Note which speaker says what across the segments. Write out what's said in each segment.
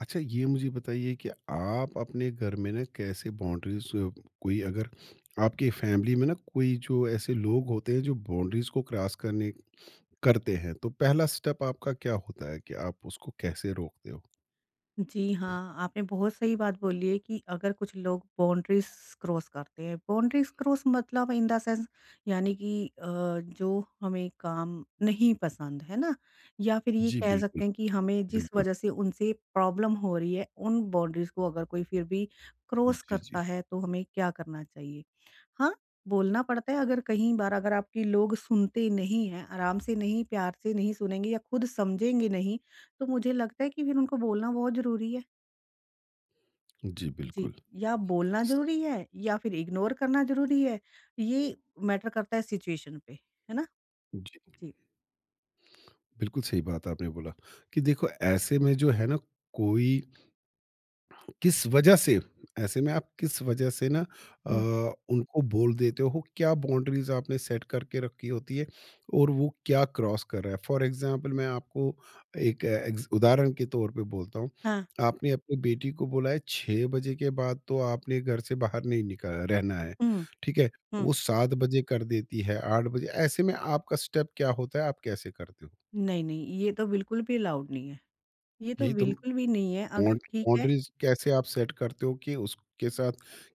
Speaker 1: अच्छा ये मुझे बताइए कि आप अपने घर में ना कैसे बाउंड्रीज कोई अगर आपकी फैमिली में ना कोई जो ऐसे लोग होते हैं जो बाउंड्रीज को क्रॉस करने करते हैं तो पहला स्टेप आपका क्या होता है कि आप उसको कैसे रोकते हो?
Speaker 2: जी हाँ, आपने बहुत सही बात बोली है कि अगर कुछ लोग बाउंड्रीज़ क्रॉस करते हैं, बाउंड्रीज़ क्रॉस मतलब इन द सेंस यानी कि जो हमें काम नहीं पसंद, है ना? या फिर ये
Speaker 1: जी,
Speaker 2: कह
Speaker 1: बिल्कुल।
Speaker 2: सकते हैं कि हमें जिस
Speaker 1: बिल्कुल।
Speaker 2: वजह से उनसे प्रॉब्लम हो रही है, उन बाउंड्रीज़ को अगर कोई फिर भी क्रॉस
Speaker 1: जी, जी।
Speaker 2: करता है, तो हमें क्या करना चाहिए? हाँ, बोलना पड़ता है अगर कहीं बार अगर आपकी लोग सुनते नहीं हैं, आराम से नहीं, प्यार से नहीं सुनेंगे या खुद समझेंगे नहीं, तो मुझे लगता है कि फिर उनको बोलना बहुत ज़रूरी है।
Speaker 1: जी,
Speaker 2: जी,
Speaker 1: बिल्कुल।
Speaker 2: या बोलना
Speaker 1: स-।
Speaker 2: ज़रूरी है या फिर इग्नोर करना ज़रूरी है, ये मैटर करता है सिचुएशन पे, है ना?
Speaker 1: जी,
Speaker 2: जी।
Speaker 1: बिल्कुल सही बात आपने बोला कि देखो ऐसे में जो है ना कोई किस वजह से ऐसे में आप किस वजह से ना अ,
Speaker 2: हुँ,
Speaker 1: उनको बोल देते हो? क्या बाउंड्रीज़ आपने सेट करके रखी होती है और वो क्या क्रॉस कर रहा है? फॉर एग्ज़ाम्पल मैं आपको एक एग्ज़ उदाहरण के तौर पे बोलता हूँ।
Speaker 2: हाँ,
Speaker 1: आपने अपनी बेटी को बोला है 6 बजे के बाद तो आपने घर से बाहर नहीं निकल रहना है,
Speaker 2: हुँ,
Speaker 1: ठीक है?
Speaker 2: हुँ।
Speaker 1: वो 7 बजे कर देती है, 8 बजे, ऐसे में आपका स्टेप क्या होता है? आप कैसे करते हो?
Speaker 2: नहीं, नहीं, ये तो बिल्कुल भी अलाउड नहीं है। ये तो
Speaker 1: यही तो।
Speaker 2: बिल्कुल भी नहीं है, अगर
Speaker 1: बाउंड
Speaker 2: ठीक है
Speaker 1: बाउंड्रीज कैसे आप सेट करते हो कि उसके साथ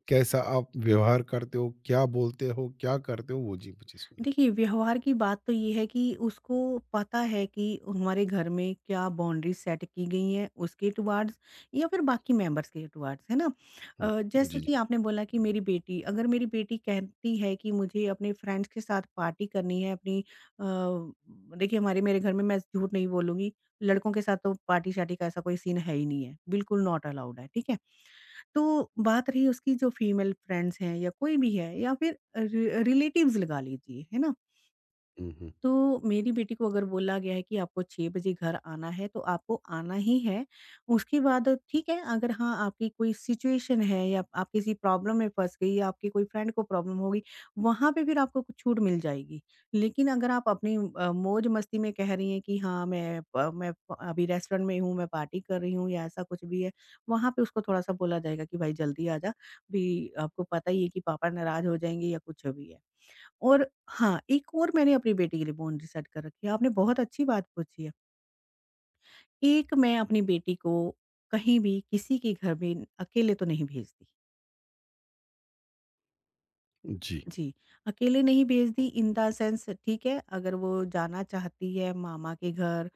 Speaker 1: कैसा आप व्यवहार करते हो, क्या बोलते हो, क्या करते हो? वो जी मुझे सुना है।
Speaker 2: देखिए, व्यवहार की बात तो ये है कि उसको पता है कि हमारे घर में क्या बाउंड्रीज़ सेट की गई हैं उसके टुवार्ड्स या फिर बाकी मेंबर्स के टुवार्ड्स, है ना?
Speaker 1: हुँ,
Speaker 2: जैसे
Speaker 1: जी, जी।
Speaker 2: कि आपने बोला कि मेरी बेटी अगर मेरी बेटी कहती है कि मुझे अपने फ्रेंड्स के साथ पार्टी करनी है अपनी अ, देखिए हमारे मेरे घर में मैं झूठ नहीं बोलूँगी, लड़कों के साथ तो पार्टी-शार्टी का ऐसा कोई सीन है ही नहीं है, बिल्कुल नॉट अलाउड है, ठीक है? तो बात रही उसकी जो फीमेल फ्रेंड्स हैं या कोई भी है या फिर रि रिलेटिव्स लगा लीजिए, है ना?
Speaker 1: हुँ, हुँ।
Speaker 2: तो मेरी बेटी को अगर बोला गया है कि आपको 6 बजे घर आना है, तो आपको आना ही है। उसके बाद ठीक है, अगर हाँ, आपकी कोई सिचुएशन है या आप किसी प्रॉब्लम में फँस गई या आपके कोई फ्रेंड को प्रॉब्लम हो गई, वहाँ पे फिर आपको कुछ छूट मिल जाएगी। लेकिन अगर आप अपनी मौज-मस्ती में कह रही हैं कि हाँ, मैं प अभी रेस्टोरेंट में हूँ, मैं पार्टी कर रही हूँ या ऐसा कुछ भी है, वहाँ पे उसको थोड़ा-सा बोला जाएगा कि भाई जल्दी आ जा, भी आपको पता ही है कि पापा नाराज़ हो जाएँगे या कुछ भी है। और हाँ, एक और मैंने अपनी बेटी के लिए बाउंड्री सेट कर रखी है, आपने बहुत अच्छी बात पूछी है। एक मैं अपनी बेटी को कहीं भी, किसी के घर भी अकेले तो नहीं भेजती।
Speaker 1: जी,
Speaker 2: जी, अकेले नहीं भेजती इन द सेंस ठीक है, अगर वो जाना चाहती है मामा के घर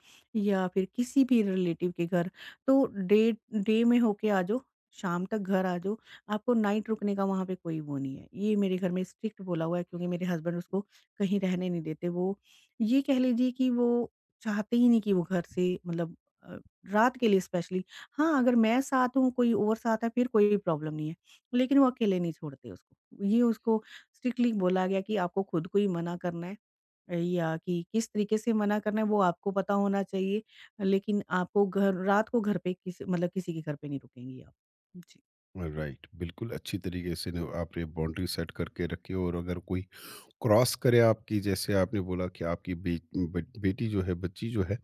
Speaker 2: या फिर किसी भी रिलेटिव के घर, तो डे डे में होके आ जाओ, शाम तक घर आ जाओ, आपको नाइट रुकने का वहाँ पे कोई वो नहीं है। ये मेरे घर में स्ट्रिक्ट बोला हुआ है क्योंकि मेरे हस्बैंड उसको कहीं रहने नहीं देते। वो ये कह लीजिए कि वो चाहते ही नहीं कि वो घर से मतलब अ, रात के लिए स्पेशली हाँ, अगर मैं साथ हूँ, कोई और साथ है, फिर कोई प्रॉब्लम नहीं है, लेकिन वो अकेले नहीं छोड़ते उसको। ये उसको स्ट्रिक्टली बोला गया कि आपको खुद को ही मना करना है या कि किस तरीके से मना करना है वो आपको पता होना चाहिए। लेकिन आपको घर रात को घर पे किस मतलब किसी के घर पे नहीं रुकेंगी आप। जी।
Speaker 1: राइट। बिल्कुल अच्छी तरीके से न आपने बाउंड्री सेट करके रखी हो, और अगर कोई क्रॉस करे आपकी, जैसे आपने बोला कि आपकी बे बट बेटी जो है, बच्ची जो है,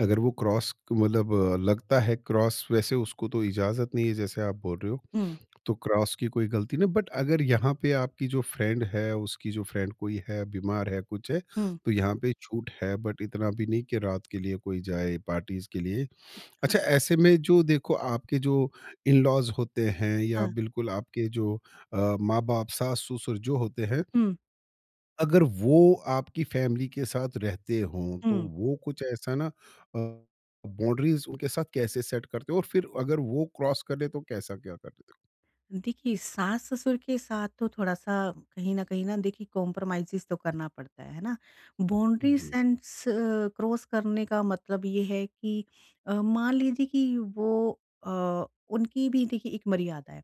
Speaker 1: अगर वो क्रॉस मतलब लगता है क्रॉस, वैसे उसको तो इजाज़त नहीं है जैसे आप बोल रहे हो।
Speaker 2: हुँ,
Speaker 1: तो क्रॉस की कोई गलती नहीं, बट अगर यहाँ पे आपकी जो फ्रेंड है, उसकी जो फ्रेंड कोई है, बीमार है, कुछ है,
Speaker 2: हुँ।
Speaker 1: तो यहाँ पे छूट है, बट इतना भी नहीं कि रात के लिए कोई जाए पार्टीज के लिए।
Speaker 2: हाँ,
Speaker 1: अच्छा, ऐसे में जो देखो आपके जो इन लॉज होते हैं या
Speaker 2: हाँ।
Speaker 1: बिल्कुल आपके जो माँ बाप, सास ससुर जो होते हैं,
Speaker 2: हुँ,
Speaker 1: अगर वो आपकी फैमिली के साथ रहते हों तो
Speaker 2: हुँ।
Speaker 1: वो कुछ ऐसा ना, बाउंड्रीज उनके साथ कैसे सेट करते हो और फिर अगर वो क्रॉस कर ले तो कैसा क्या करते हो?
Speaker 2: देखिए सास-ससुर के साथ तो थोड़ा-सा कहीं न कहीं ना देखिए कॉम्प्रोमाइज़ेज़ तो करना पड़ता है ना? बाउंड्री
Speaker 1: जी,
Speaker 2: सेंस क्रॉस करने का मतलब ये है कि मान लीजिए कि वो अ, उनकी भी देखिए एक मर्यादा है।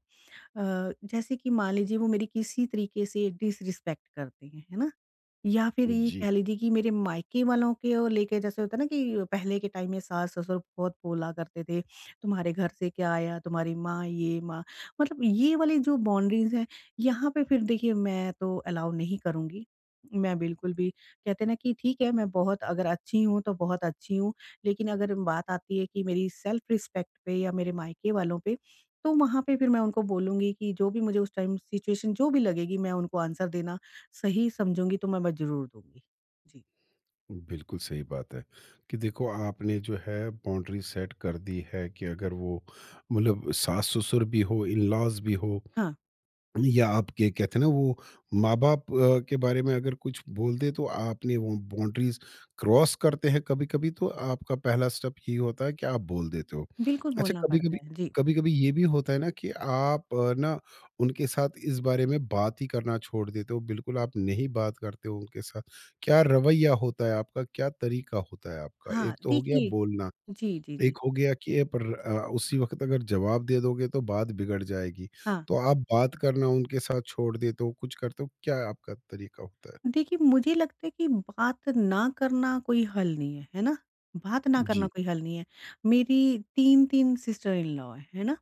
Speaker 2: जैसे कि मान लीजिए वो मेरी किसी तरीके से डिसरिस्पेक्ट करते हैं, है ना? या फिर ये
Speaker 1: जी।
Speaker 2: कह लीजिए कि मेरे मायके वालों के ओ लेके जैसे होता है ना कि पहले के टाइम में सास-ससुर बहुत बोला करते थे, तुम्हारे घर से क्या आया, तुम्हारी माँ ये, माँ मतलब ये वाली जो बाउंड्रीज़ हैं, यहाँ पे फिर देखिए मैं तो अलाउ नहीं करूँगी। मैं बिल्कुल भी कहते हैं ना कि ठीक है, मैं बहुत अगर अच्छी हूँ तो बहुत अच्छी हूँ, लेकिन अगर बात आती है कि मेरी सेल्फ रिस्पेक्ट पे या मेरे मायके वालों पे, तो वहाँ पे फिर मैं उनको बोलूँगी कि जो भी मुझे उस टाइम सिचुएशन जो भी लगेगी मैं उनको आंसर देना सही समझूँगी तो मैं ब ज़रूर दूँगी। जी,
Speaker 1: बिल्कुल सही बात है कि देखो आपने जो है बाउंड्री सेट कर दी है कि अगर वो मतलब सास ससुर भी हो, इन लॉज भी हो
Speaker 2: हाँ,
Speaker 1: या आपके कहते हैं ना वो माँ-बाप के बारे में अगर कुछ बोल दे तो आपने वो बाउंड्रीज़ क्रॉस करते हैं कभी-कभी, तो आपका पहला स्टेप ये होता है कि आप बोल देते हो।
Speaker 2: बिल्कुल
Speaker 1: अच्छा,
Speaker 2: बोलना पड़ता
Speaker 1: कभी-कभी
Speaker 2: है। जी,
Speaker 1: कभी-कभी ये भी होता है ना कि आप ना उनके साथ इस बारे में बात ही करना छोड़ देते हो, बिल्कुल आप नहीं बात करते हो उनके साथ। क्या रवैया होता है आपका? क्या तरीका होता है आपका?
Speaker 2: हाँ,
Speaker 1: एक तो हो गया
Speaker 2: देखिए
Speaker 1: बोलना।
Speaker 2: जी, जी, जी,
Speaker 1: एक हो गया कि पर उसी वक़्त अगर जवाब दे दोगे तो बात बिगड़ जाएगी।
Speaker 2: हाँ,
Speaker 1: तो आप बात करना उनके साथ छोड़ देते हो, कुछ करते हो, क्या आपका तरीका होता है?
Speaker 2: देखिए मुझे लगता है कि बात ना करना कोई हल नहीं है, है ना? बात ना करना
Speaker 1: जी।
Speaker 2: कोई हल नहीं है। मेरी 3-3 सिस्टर इन लॉ हैं, है ना?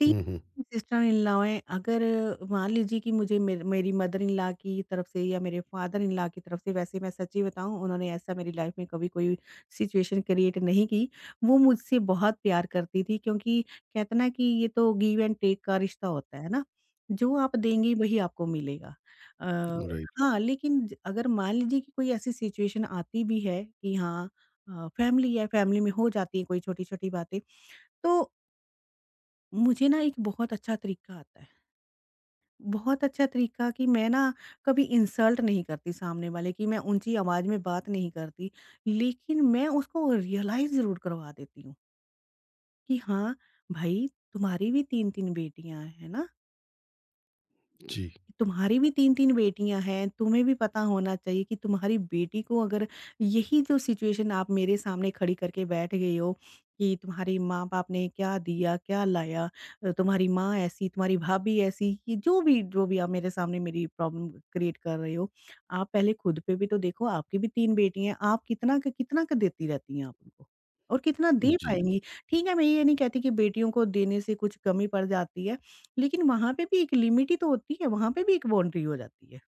Speaker 2: तीन
Speaker 1: हुँ, हुँ।
Speaker 2: सिस्टर इन लॉ हैं, अगर मान लीजिए कि मुझे मेर मेरी मदर इन लॉ की तरफ से या मेरे फादर इन लॉ की तरफ से वैसे मैं सच्ची बताऊँ उन्होंने ऐसा मेरी लाइफ में कभी कोई सिचुएशन क्रिएट नहीं की। वो मुझसे बहुत प्यार करती थी क्योंकि कहते ना कि ये तो गिव एंड टेक का रिश्ता होता है ना, जो आप देंगी वही आपको मिलेगा। अ,
Speaker 1: राइट।
Speaker 2: हाँ, लेकिन ज अगर मान लीजिए कि कोई ऐसी सिचुएशन आती भी है कि हाँ फैमिली है, फैमिली में हो जाती है कोई छोटी-छोटी बातें, तो मुझे ना एक बहुत अच्छा तरीका आता है। बहुत अच्छा तरीका कि मैं ना कभी इंसल्ट नहीं करती सामने वाले की, मैं ऊँची आवाज़ में बात नहीं करती। लेकिन मैं उसको रियलाइज़ ज़रूर करवा देती हूँ कि हाँ, भाई तुम्हारी भी 3-3 बेटियाँ हैं ना?
Speaker 1: जी।
Speaker 2: तुम्हारी भी 3-3 बेटियाँ हैं, तुम्हें भी पता होना चाहिए कि तुम्हारी बेटी को अगर यही जो सिचुएशन आप मेरे सामने खड़ी करके बैठ गई हो कि तुम्हारे माँ-बाप ने क्या दिया, क्या लाया? तुम्हारी माँ ऐसी, तुम्हारी भाभी ऐसी, कि जो भी आप मेरे सामने मेरी प्रॉब्लम क्रिएट कर रहे हो, आप पहले खुद पे भी तो देखो, आपकी भी 3 बेटी हैं, आप कितना क देती रहती हैं आप उनको? और कितना दे
Speaker 1: जी,
Speaker 2: पाएँगी? ठीक है, मैं ये नहीं कहती कि बेटियों को देने से कुछ कमी पड़ जाती है। लेकिन वहाँ पे भी एक लिमिट ही तो होती है, वहाँ पे भी एक बाउंड्री हो जाती है।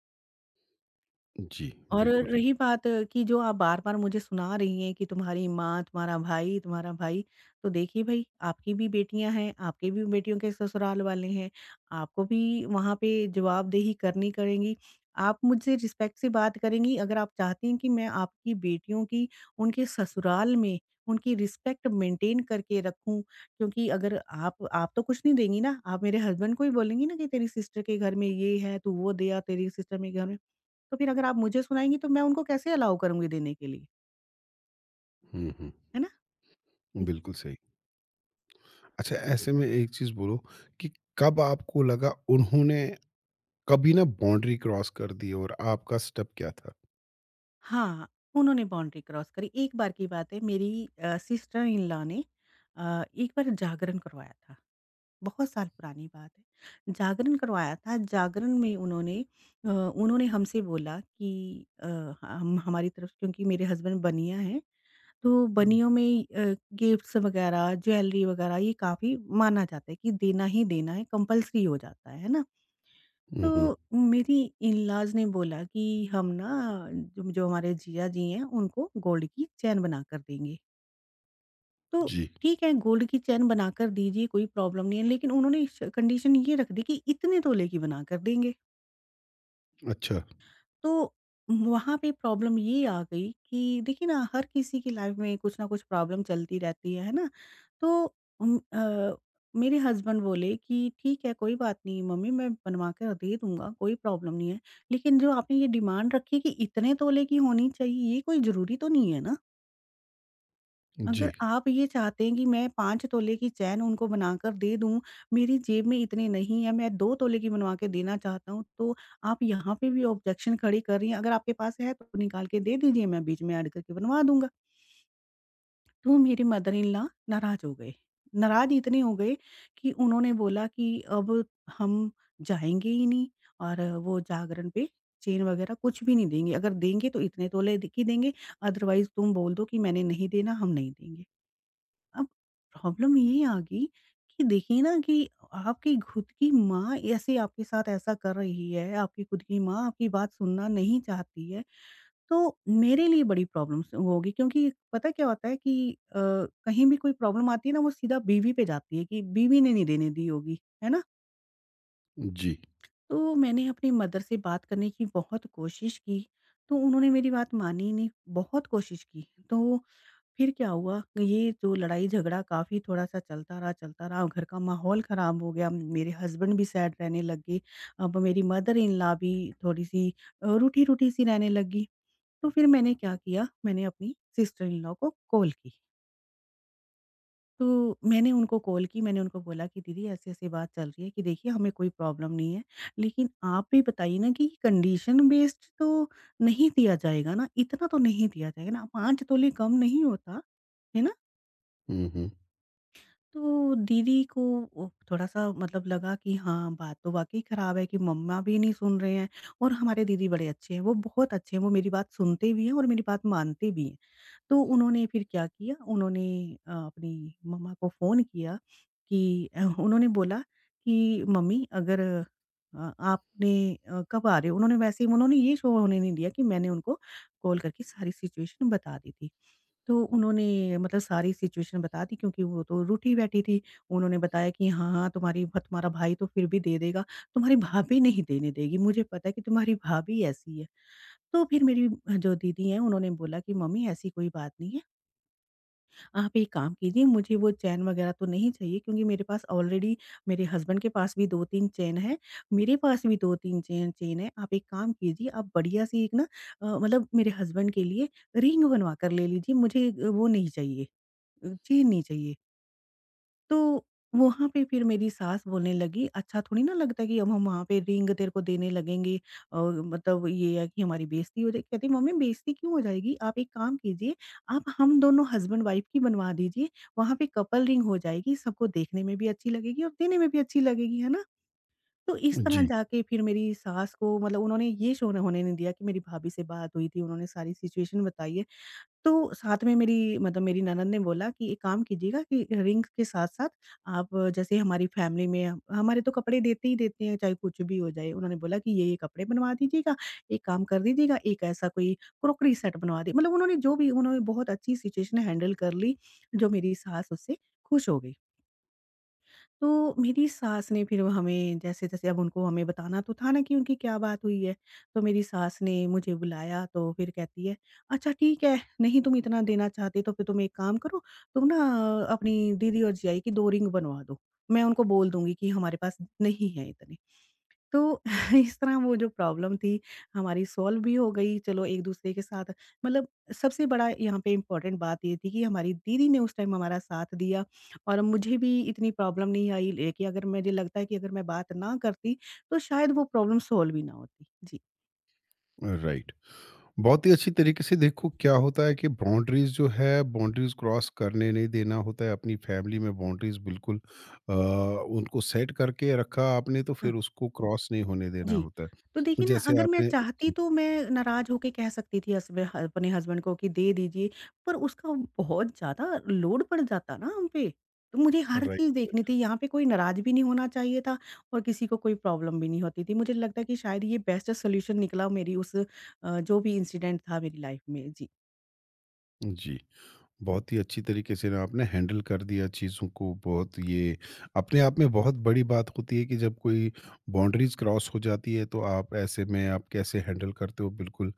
Speaker 1: जी,
Speaker 2: और
Speaker 1: बिल्कुल।
Speaker 2: रही बात कि जो आप बार-बार मुझे सुना रही हैं कि तुम्हारी माँ, तुम्हारा भाई, तो देखिए भई आपकी भी बेटियाँ हैं, आपके भी बेटियों के ससुराल वाले हैं, आपको भी वहाँ पे जवाबदेही करनी करेंगी। आप मुझसे रिस्पेक्ट से बात करेंगी अगर आप चाहती हैं कि मैं आपकी बेटियों की उनके ससुराल में उनकी रिस्पेक्ट मेंटेन करके रखूँ, क्योंकि अगर आप तो कुछ नहीं देंगी ना, आप मेरे हस्बैंड को ही बोलेंगी ना कि तेरी सिस्टर के घर में ये है, तू वो दिया, तेरी सिस्टर में घर में तो फिर अगर आप मुझे सुनाएँगी तो मैं उनको कैसे अलाउ करूँगी देने के लिए,
Speaker 1: हुँ, हुँ।
Speaker 2: है ना? जी।
Speaker 1: बिल्कुल सही। अच्छा, ऐसे में एक चीज़ बोलो कि कब आपको लगा उन्होंने कभी ना बाउंड्री क्रॉस कर दी और आपका स्टेप क्या था?
Speaker 2: हाँ, उन्होंने बाउंड्री क्रॉस करी। एक बार की बात है मेरी सिस्टर इन लॉ ने एक बार जागरण करवाया था। बहुत साल पुरानी बात है। जागरण करवाया था, जागरण में उन्होंने उन्होंने हमसे बोला कि हम हमारी तरफ से क्योंकि मेरे हस्बैंड बनिया हैं, तो
Speaker 1: हुँ,
Speaker 2: बनियों में गिफ्ट्स वगैरह, ज्वेलरी वगैरह ये काफ़ी माना जाता है कि देना ही देना है, कंपल्सरी हो जाता है ना?
Speaker 1: हुँ, हुँ।
Speaker 2: तो मेरी इन-लॉज़ ने बोला कि हम ना जो जो हमारे जीजा जी हैं उनको गोल्ड की चैन बना कर देंगे। तो
Speaker 1: जी।
Speaker 2: ठीक है गोल्ड की चैन बनाकर दीजिए कोई प्रॉब्लम नहीं है लेकिन उन्होंने श कंडीशन ये रख दी कि इतने तोले की बनाकर देंगे।
Speaker 1: अच्छा।
Speaker 2: तो वहाँ पे प्रॉब्लम ये आ गई कि देखिए ना हर किसी की लाइफ में कुछ ना कुछ प्रॉब्लम चलती रहती है ना? तो उम, अ, मेरे हस्बैंड बोले कि ठीक है कोई बात नहीं मम्मी मैं बनवा कर दे दूँगा, कोई प्रॉब्लम नहीं है। लेकिन जो आपने ये डिमांड रखी है कि इतने तोले की होनी चाहिए, ये कोई ज़रूरी तो नहीं है ना? अगर
Speaker 1: जी,
Speaker 2: आप ये चाहते हैं कि मैं 5 तोले की चैन उनको बनाकर दे दूँ, मेरी जेब में इतने नहीं है, मैं 2 तोले की बनवा के देना चाहता हूँ, तो आप यहाँ पे भी ऑब्जेक्शन खड़ी कर रही हैं, अगर आपके पास है तो निकाल के दे दीजिए, मैं बीच में ऐड करके बनवा दूँगा। तो मेरे मदर इन लॉ नाराज़ हो गए। नाराज़ इतने हो गए कि उन्होंने बोला कि अब हम जाएँगे ही नहीं और वो जागरण पे चेन वगैरह कुछ भी नहीं देंगे, अगर देंगे तो इतने तोले द की देंगे, अदरवाइज़ तुम बोल दो कि मैंने नहीं देना, हम नहीं देंगे। अब प्रॉब्लम ये आ गई कि देखिए ना कि आपकी खुद की माँ ऐसे आपके साथ ऐसा कर रही है, आपकी खुद की माँ आपकी बात सुनना नहीं चाहती है, तो मेरे लिए बड़ी प्रॉब्लम्स होगी क्योंकि पता क्या होता है कि कहीं भी कोई प्रॉब्लम आती है ना वो सीधा बीवी पे जाती है कि बीवी ने नहीं देने दी होगी, है ना?
Speaker 1: जी।
Speaker 2: तो मैंने अपनी मदर से बात करने की बहुत कोशिश की, तो उन्होंने मेरी बात मानी नहीं, बहुत कोशिश की। तो फिर क्या हुआ, ये जो लड़ाई-झगड़ा काफ़ी थोड़ा-सा चलता रहा और घर का माहौल ख़राब हो गया। मेरे हस्बैंड भी सैड रहने लग गए। अब मेरी मदर इन लॉ भी थोड़ी-सी रूठी-रूठी सी रहने लगी। तो फिर मैंने क्या किया, मैंने अपनी सिस्टर इन लॉ को कॉल की। तो मैंने उनको कॉल की, मैंने उनको बोला कि दीदी ऐसी-ऐसी बात चल रही है कि देखिए हमें कोई प्रॉब्लम नहीं है, लेकिन आप भी बताइए ना कि कंडीशन बेस्ड तो नहीं दिया जाएगा ना, इतना तो नहीं दिया जाएगा ना, 5 तोले कम नहीं होता, है ना?
Speaker 1: हुँ, हुँ।
Speaker 2: तो दीदी को थोड़ा-सा मतलब लगा कि हाँ, बात तो वाक़ई ख़राब है कि मम्मा भी नहीं सुन रहे हैं और हमारे दीदी बड़े अच्छे हैं, वो बहुत अच्छे हैं, वो मेरी बात सुनते भी हैं और मेरी बात मानते भी हैं। तो उन्होंने फिर क्या किया, उन्होंने अपनी मम्मा को फ़ोन किया कि उन्होंने बोला कि मम्मी अगर आपने कब आ रहे हो? उन्होंने वैसे ही उन्होंने ये शो होने नहीं दिया कि मैंने उनको कॉल करके सारी सिचुएशन बता दी थी। तो उन्होंने मतलब सारी सिचुएशन बता दी क्योंकि वो तो रूठी बैठी थी। उन्होंने बताया कि हाँ, हाँ, तुम्हारी भ तुम्हारा भाई तो फिर भी दे देगा, तुम्हारी भाभी नहीं देने देगी, मुझे पता है कि तुम्हारी भाभी ऐसी है। तो फिर मेरी जो दीदी हैं उन्होंने बोला कि मम्मी ऐसी कोई बात नहीं है, आप एक काम कीजिए मुझे वो चैन वगैरह तो नहीं चाहिए क्योंकि मेरे पास ऑलरेडी मेरे हस्बैंड के पास भी 2-3 चैन है, मेरे पास भी 2-3 चैन चेन है। आप एक काम कीजिए आप बढ़िया-सी एक ना मतलब मेरे हस्बैंड के लिए रिंग बनवा कर ले लीजिए, मुझे वो नहीं चाहिए। छीननी चाहिए। तो वहाँ पे फिर मेरी सास बोलने लगी, "अच्छा थोड़ी ना लगता है कि अब हम वहाँ पे रिंग तेरे को देने लगेंगे और मतलब ये है कि हमारी बेइज़्ज़ती हो जाएगी।" कहती, "मम्मी बेइज़्ज़ती क्यों हो जाएगी? आप एक काम कीजिए, आप हम दोनों हस्बैंड वाइफ की बनवा दीजिए, वहाँ पे कपल रिंग हो जाएगी, सबको देखने में भी अच्छी लगेगी और देने में भी अच्छी लगेगी, है ना?" तो इस तरह
Speaker 1: जी,
Speaker 2: जाके फिर मेरी सास को मतलब उन्होंने ये शो न होने नहीं दिया कि मेरी भाभी से बात हुई थी, उन्होंने सारी सिचुएशन बताई है। तो साथ में मेरी ननद ने बोला कि एक काम कीजिएगा कि रिंग्स के साथ-साथ आप जैसे हमारी फैमिली में हम हमारे तो कपड़े देते ही देते हैं, चाहे कुछ भी हो जाए। उन्होंने बोला कि ये-ये कपड़े बनवा दीजिएगा, एक काम कर दीजिएगा, एक ऐसा कोई क्रॉकरी सेट बनवा दी मतलब उन्होंने जो भी उन्होंने बहुत अच्छी सिचुएशन हैंडल कर ली, जो मेरी सास उससे खुश हो गई। तो मेरी सास ने फिर हमें जैसे-जैसे अब उनको हमें बताना तो था ना कि उनकी क्या बात हुई है। तो मेरी सास ने मुझे बुलाया तो फिर कहती है, "अच्छा ठीक है, नहीं तुम इतना देना चाहते तो फिर तुम एक काम करो, तुम ना अपनी दीदी और जियाई की 2 रिंग बनवा दो। मैं उनको बोल दूँगी कि हमारे पास नहीं है इतने।" तो इस तरह वो जो प्रॉब्लम थी हमारी सॉल्व भी हो गई। चलो एक-दूसरे के साथ मतलब सबसे बड़ा यहाँ पे इम्पोर्टेंट बात ये थी कि हमारी दीदी ने उस टाइम हमारा साथ दिया और मुझे भी इतनी प्रॉब्लम नहीं आई लेकिन अगर मुझे लगता है कि अगर मैं बात ना करती, तो शायद वो प्रॉब्लम सॉल्व ही ना होती। जी।
Speaker 1: राइट। बहुत ही अच्छी तरीके से देखो क्या होता है कि बाउंड्रीज जो है, बाउंड्रीज क्रॉस करने नहीं देना होता है अपनी फैमिली में। बाउंड्रीज बिल्कुल उनको सेट करके रखा आपने तो
Speaker 2: हाँ।
Speaker 1: फिर उसको क्रॉस नहीं होने देना
Speaker 2: जी।
Speaker 1: होता
Speaker 2: तो
Speaker 1: है,
Speaker 2: देखिए ना,
Speaker 1: जैसे
Speaker 2: अगर मैं
Speaker 1: आपने।
Speaker 2: चाहती तो मैं नाराज़ होके कह सकती थी हस्ब ह अपने हस्बैंड को कि दे दीजिए, पर उसका बहुत ज़्यादा लोड पड़ जाता ना हम पे। तो मुझे हर चीज़
Speaker 1: राइट।
Speaker 2: देखनी थी, यहाँ पे कोई नाराज़ भी नहीं होना चाहिए था और किसी को कोई प्रॉब्लम भी नहीं होती थी। मुझे लगता है कि शायद ये बेस्ट सॉल्यूशन निकला मेरी उस जो भी इंसिडेंट था मेरी लाइफ़ में। जी।
Speaker 1: जी, बहुत ही अच्छी तरीके से ना आपने हैंडल कर दिया चीज़ों को, बहुत ये अपने आप में बहुत बड़ी बात होती है कि जब कोई बाउंड्रीज क्रॉस हो जाती है तो आप ऐसे में आप कैसे हैंडल करते हो, बिल्कुल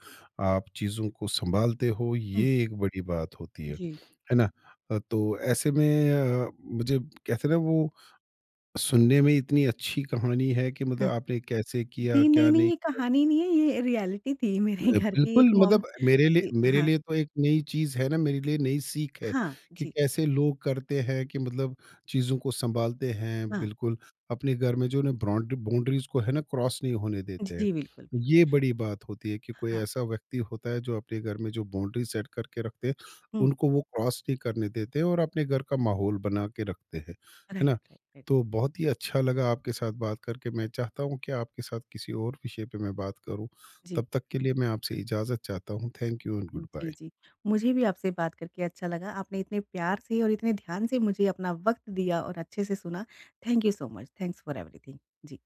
Speaker 1: आप चीज़ों को संभालते हो,
Speaker 2: हुँ।
Speaker 1: ये एक बड़ी बात होती है
Speaker 2: जी।
Speaker 1: है ना? तो ऐसे में मुझे कहते हैं ना वो सुनने में इतनी अच्छी कहानी है कि मतलब
Speaker 2: हाँ।
Speaker 1: आपने कैसे किया
Speaker 2: जी,
Speaker 1: क्या
Speaker 2: नहीं-नहीं
Speaker 1: नहीं।
Speaker 2: ये कहानी नहीं है, ये रियलिटी थी मेरे घर की
Speaker 1: बिल्कुल,
Speaker 2: एक मोम।
Speaker 1: मतलब मेरे लिए,
Speaker 2: जी,
Speaker 1: मेरे
Speaker 2: हाँ।
Speaker 1: लिए तो एक नई चीज़ है ना, मेरे लिए नई सीख है
Speaker 2: हाँ,
Speaker 1: कि
Speaker 2: जी,
Speaker 1: कैसे लोग करते हैं, कि मतलब चीज़ों को सँभालते हैं,
Speaker 2: हाँ।
Speaker 1: बिल्कुल अपने घर में जो ना ब्रॉन्ड बाउंड्रीज़ को है ना क्रॉस नहीं होने देते हैं।
Speaker 2: जी, बिल्कुल, बिल्कुल।
Speaker 1: ये बड़ी बात होती है कि कोई
Speaker 2: हाँ।
Speaker 1: ऐसा व्यक्ति होता है जो अपने घर में जो बाउंड्री सेट करके रखते हैं,
Speaker 2: हुँ।
Speaker 1: उनको वो क्रॉस नहीं करने देते हैं और अपने घर का माहौल बना के रखते हैं, है
Speaker 2: राइट,
Speaker 1: ना?
Speaker 2: Right, right.
Speaker 1: तो बहुत ही अच्छा लगा आपके साथ बात करके। मैं चाहता हूँ कि आपके साथ किसी और विषय पे मैं बात करूँ।
Speaker 2: जी।
Speaker 1: तब तक के लिए मैं आपसे इजाज़त चाहता हूँ। थैंक यू एंड गुड
Speaker 2: जी,
Speaker 1: बाय।
Speaker 2: जी। मुझे भी आपसे बात करके अच्छा लगा। आपने इतने प्यार से और इतने ध्यान से मुझे अपना वक़्त दिया और अच्छे से सुना। Thank you so much. Thanks for everything. Ji.